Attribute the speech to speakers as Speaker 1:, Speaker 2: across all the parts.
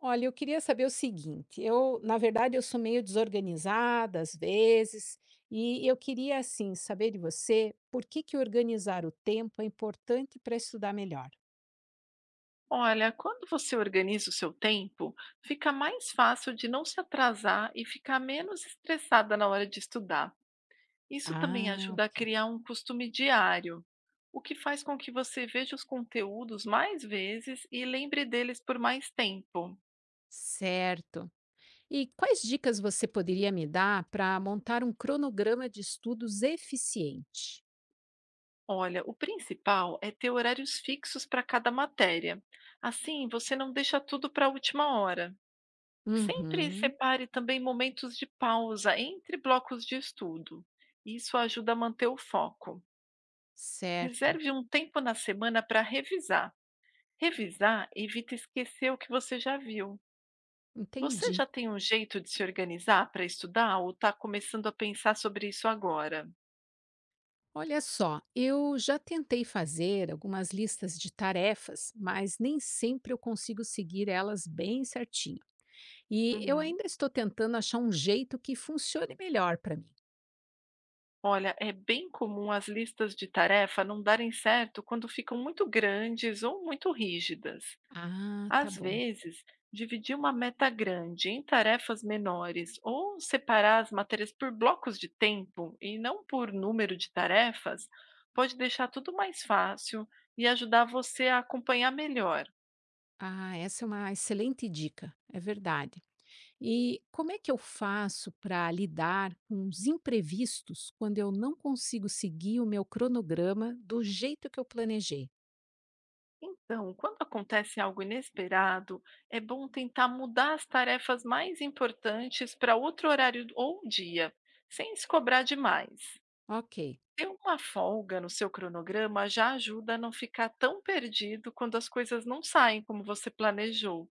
Speaker 1: Olha, eu queria saber o seguinte. Na verdade, eu sou meio desorganizada às vezes, e eu queria assim saber de você, por que que organizar o tempo é importante para estudar melhor?
Speaker 2: Olha, quando você organiza o seu tempo, fica mais fácil de não se atrasar e ficar menos estressada na hora de estudar. Isso também
Speaker 1: Ah,
Speaker 2: ajuda a
Speaker 1: ok.
Speaker 2: criar um costume diário, o que faz com que você veja os conteúdos mais vezes e lembre deles por mais tempo.
Speaker 1: Certo. E quais dicas você poderia me dar para montar um cronograma de estudos eficiente?
Speaker 2: Olha, o principal é ter horários fixos para cada matéria. Assim, você não deixa tudo para a última hora. Sempre
Speaker 1: Uhum,
Speaker 2: separe também momentos de pausa entre blocos de estudo. Isso ajuda a manter o foco.
Speaker 1: certo.
Speaker 2: Reserve um tempo na semana para revisar. Revisar evita esquecer o que você já viu. Você
Speaker 1: Entendi.
Speaker 2: já tem um jeito de se organizar para estudar ou está começando a pensar sobre isso agora?
Speaker 1: Olha só, eu já tentei fazer algumas listas de tarefas, mas nem sempre eu consigo seguir elas bem certinho. E eu
Speaker 2: Uhum.
Speaker 1: ainda estou tentando achar um jeito que funcione melhor para mim.
Speaker 2: Olha, é bem comum as listas de tarefa não darem certo quando ficam muito grandes ou muito rígidas.
Speaker 1: Ah, tá
Speaker 2: Às
Speaker 1: bom.
Speaker 2: vezes, dividir uma meta grande em tarefas menores ou separar as matérias por blocos de tempo e não por número de tarefas pode deixar tudo mais fácil e ajudar você a acompanhar melhor.
Speaker 1: Ah, essa é uma excelente dica, é verdade. E como é que eu faço para lidar com os imprevistos quando eu não consigo seguir o meu cronograma do jeito que eu planejei?
Speaker 2: Então, quando acontece algo inesperado, é bom tentar mudar as tarefas mais importantes para outro horário ou dia, sem se cobrar demais.
Speaker 1: Ok,
Speaker 2: Ter uma folga no seu cronograma já ajuda a não ficar tão perdido quando as coisas não saem como você planejou.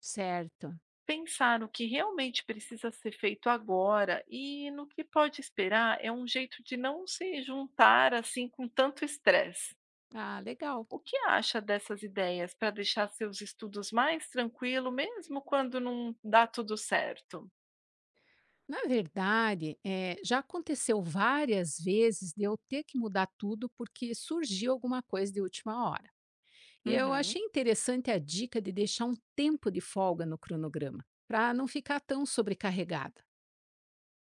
Speaker 1: certo.
Speaker 2: Pensar no que realmente precisa ser feito agora e no que pode esperar é um jeito de não se juntar assim com tanto estresse.
Speaker 1: Ah, legal.
Speaker 2: O que acha dessas ideias para deixar seus estudos mais tranquilo, mesmo quando não dá tudo certo?
Speaker 1: Na verdade, já aconteceu várias vezes de eu ter que mudar tudo porque surgiu alguma coisa de última hora. E eu
Speaker 2: Uhum.
Speaker 1: achei interessante a dica de deixar um tempo de folga no cronograma, para não ficar tão sobrecarregada.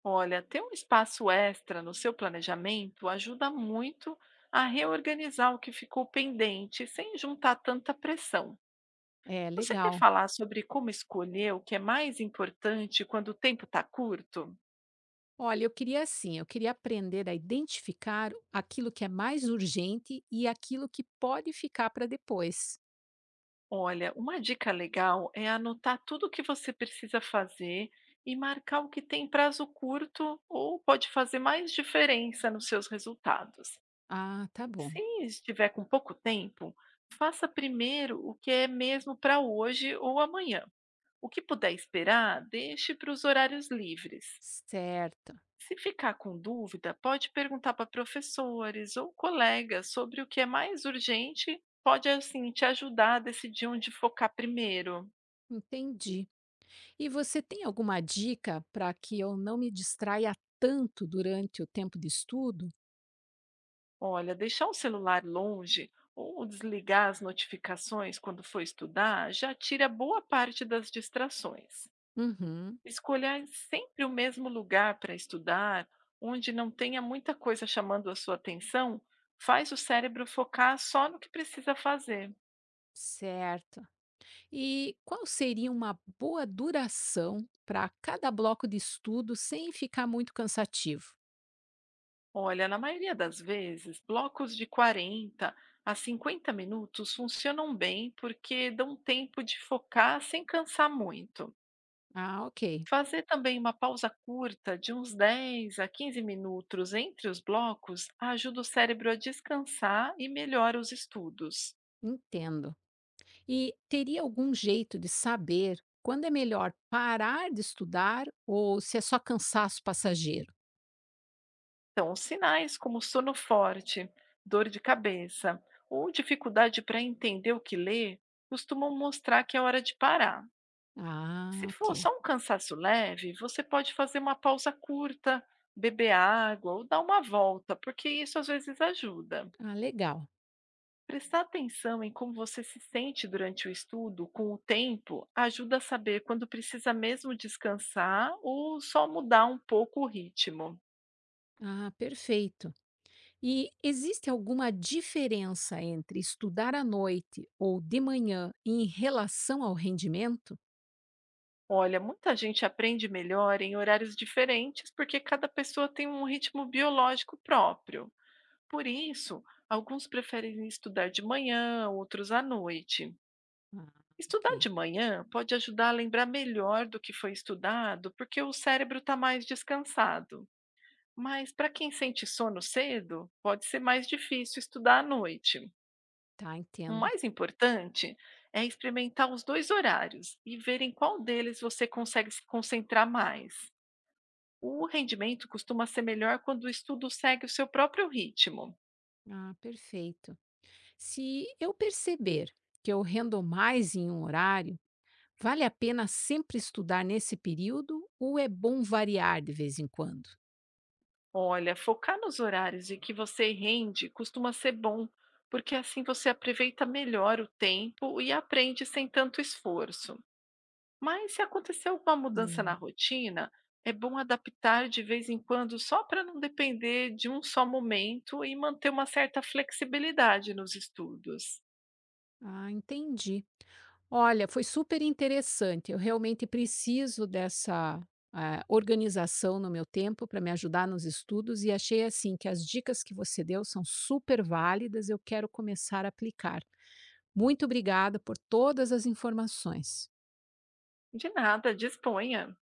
Speaker 2: Olha, ter um espaço extra no seu planejamento ajuda muito a reorganizar o que ficou pendente sem juntar tanta pressão.
Speaker 1: É
Speaker 2: Você quer
Speaker 1: legal.
Speaker 2: falar sobre como escolher o que é mais importante quando o tempo está curto?
Speaker 1: Olha, eu queria aprender a identificar aquilo que é mais urgente e aquilo que pode ficar para depois.
Speaker 2: Olha, uma dica legal é anotar tudo o que você precisa fazer e marcar o que tem prazo curto ou pode fazer mais diferença nos seus resultados.
Speaker 1: Ah, tá bom.
Speaker 2: Se estiver com pouco tempo, faça primeiro o que é mesmo para hoje ou amanhã. O que puder esperar, deixe para os horários livres.
Speaker 1: Certo.
Speaker 2: Se ficar com dúvida, pode perguntar para professores ou colegas sobre o que é mais urgente, pode assim te ajudar a decidir onde focar primeiro.
Speaker 1: Entendi. E você tem alguma dica para que eu não me distraia tanto durante o tempo de estudo?
Speaker 2: Olha, deixar o celular longe ou desligar as notificações quando for estudar já tira boa parte das distrações.
Speaker 1: Uhum,
Speaker 2: Escolher sempre o mesmo lugar para estudar, onde não tenha muita coisa chamando a sua atenção, faz o cérebro focar só no que precisa fazer.
Speaker 1: certo. E qual seria uma boa duração para cada bloco de estudo sem ficar muito cansativo?
Speaker 2: Olha, na maioria das vezes, blocos de 40 a 50 minutos funcionam bem porque dão tempo de focar sem cansar muito.
Speaker 1: Ah, ok.
Speaker 2: Fazer também uma pausa curta de uns 10 a 15 minutos entre os blocos ajuda o cérebro a descansar e melhora os estudos.
Speaker 1: Entendo. E teria algum jeito de saber quando é melhor parar de estudar ou se é só cansaço passageiro?
Speaker 2: Então, os sinais como sono forte, dor de cabeça ou dificuldade para entender o que lê costumam mostrar que é hora de parar. Se
Speaker 1: Ah, ok.
Speaker 2: for só um cansaço leve, você pode fazer uma pausa curta, beber água ou dar uma volta, porque isso às vezes ajuda.
Speaker 1: Ah, legal.
Speaker 2: Prestar atenção em como você se sente durante o estudo, com o tempo, ajuda a saber quando precisa mesmo descansar ou só mudar um pouco o ritmo.
Speaker 1: Ah, perfeito. E existe alguma diferença entre estudar à noite ou de manhã em relação ao rendimento?
Speaker 2: Olha, muita gente aprende melhor em horários diferentes porque cada pessoa tem um ritmo biológico próprio. Por isso, alguns preferem estudar de manhã, outros à noite.
Speaker 1: Ah, ok.
Speaker 2: Estudar de manhã pode ajudar a lembrar melhor do que foi estudado, porque o cérebro está mais descansado. Mas para quem sente sono cedo, pode ser mais difícil estudar à noite.
Speaker 1: Tá,
Speaker 2: O
Speaker 1: entendo.
Speaker 2: mais importante é experimentar os dois horários e ver em qual deles você consegue se concentrar mais. O rendimento costuma ser melhor quando o estudo segue o seu próprio ritmo.
Speaker 1: Ah, perfeito. Se eu perceber que eu rendo mais em um horário, vale a pena sempre estudar nesse período ou é bom variar de vez em quando?
Speaker 2: Olha, focar nos horários em que você rende costuma ser bom, porque assim você aproveita melhor o tempo e aprende sem tanto esforço. Mas se acontecer alguma mudança na
Speaker 1: Hum.
Speaker 2: rotina, é bom adaptar de vez em quando só para não depender de um só momento e manter uma certa flexibilidade nos estudos.
Speaker 1: Ah, entendi. Olha, foi super interessante. Eu realmente preciso dessa organização no meu tempo para me ajudar nos estudos, e achei assim que as dicas que você deu são super válidas. Eu quero começar a aplicar. Muito obrigada por todas as informações.
Speaker 2: De nada, disponha.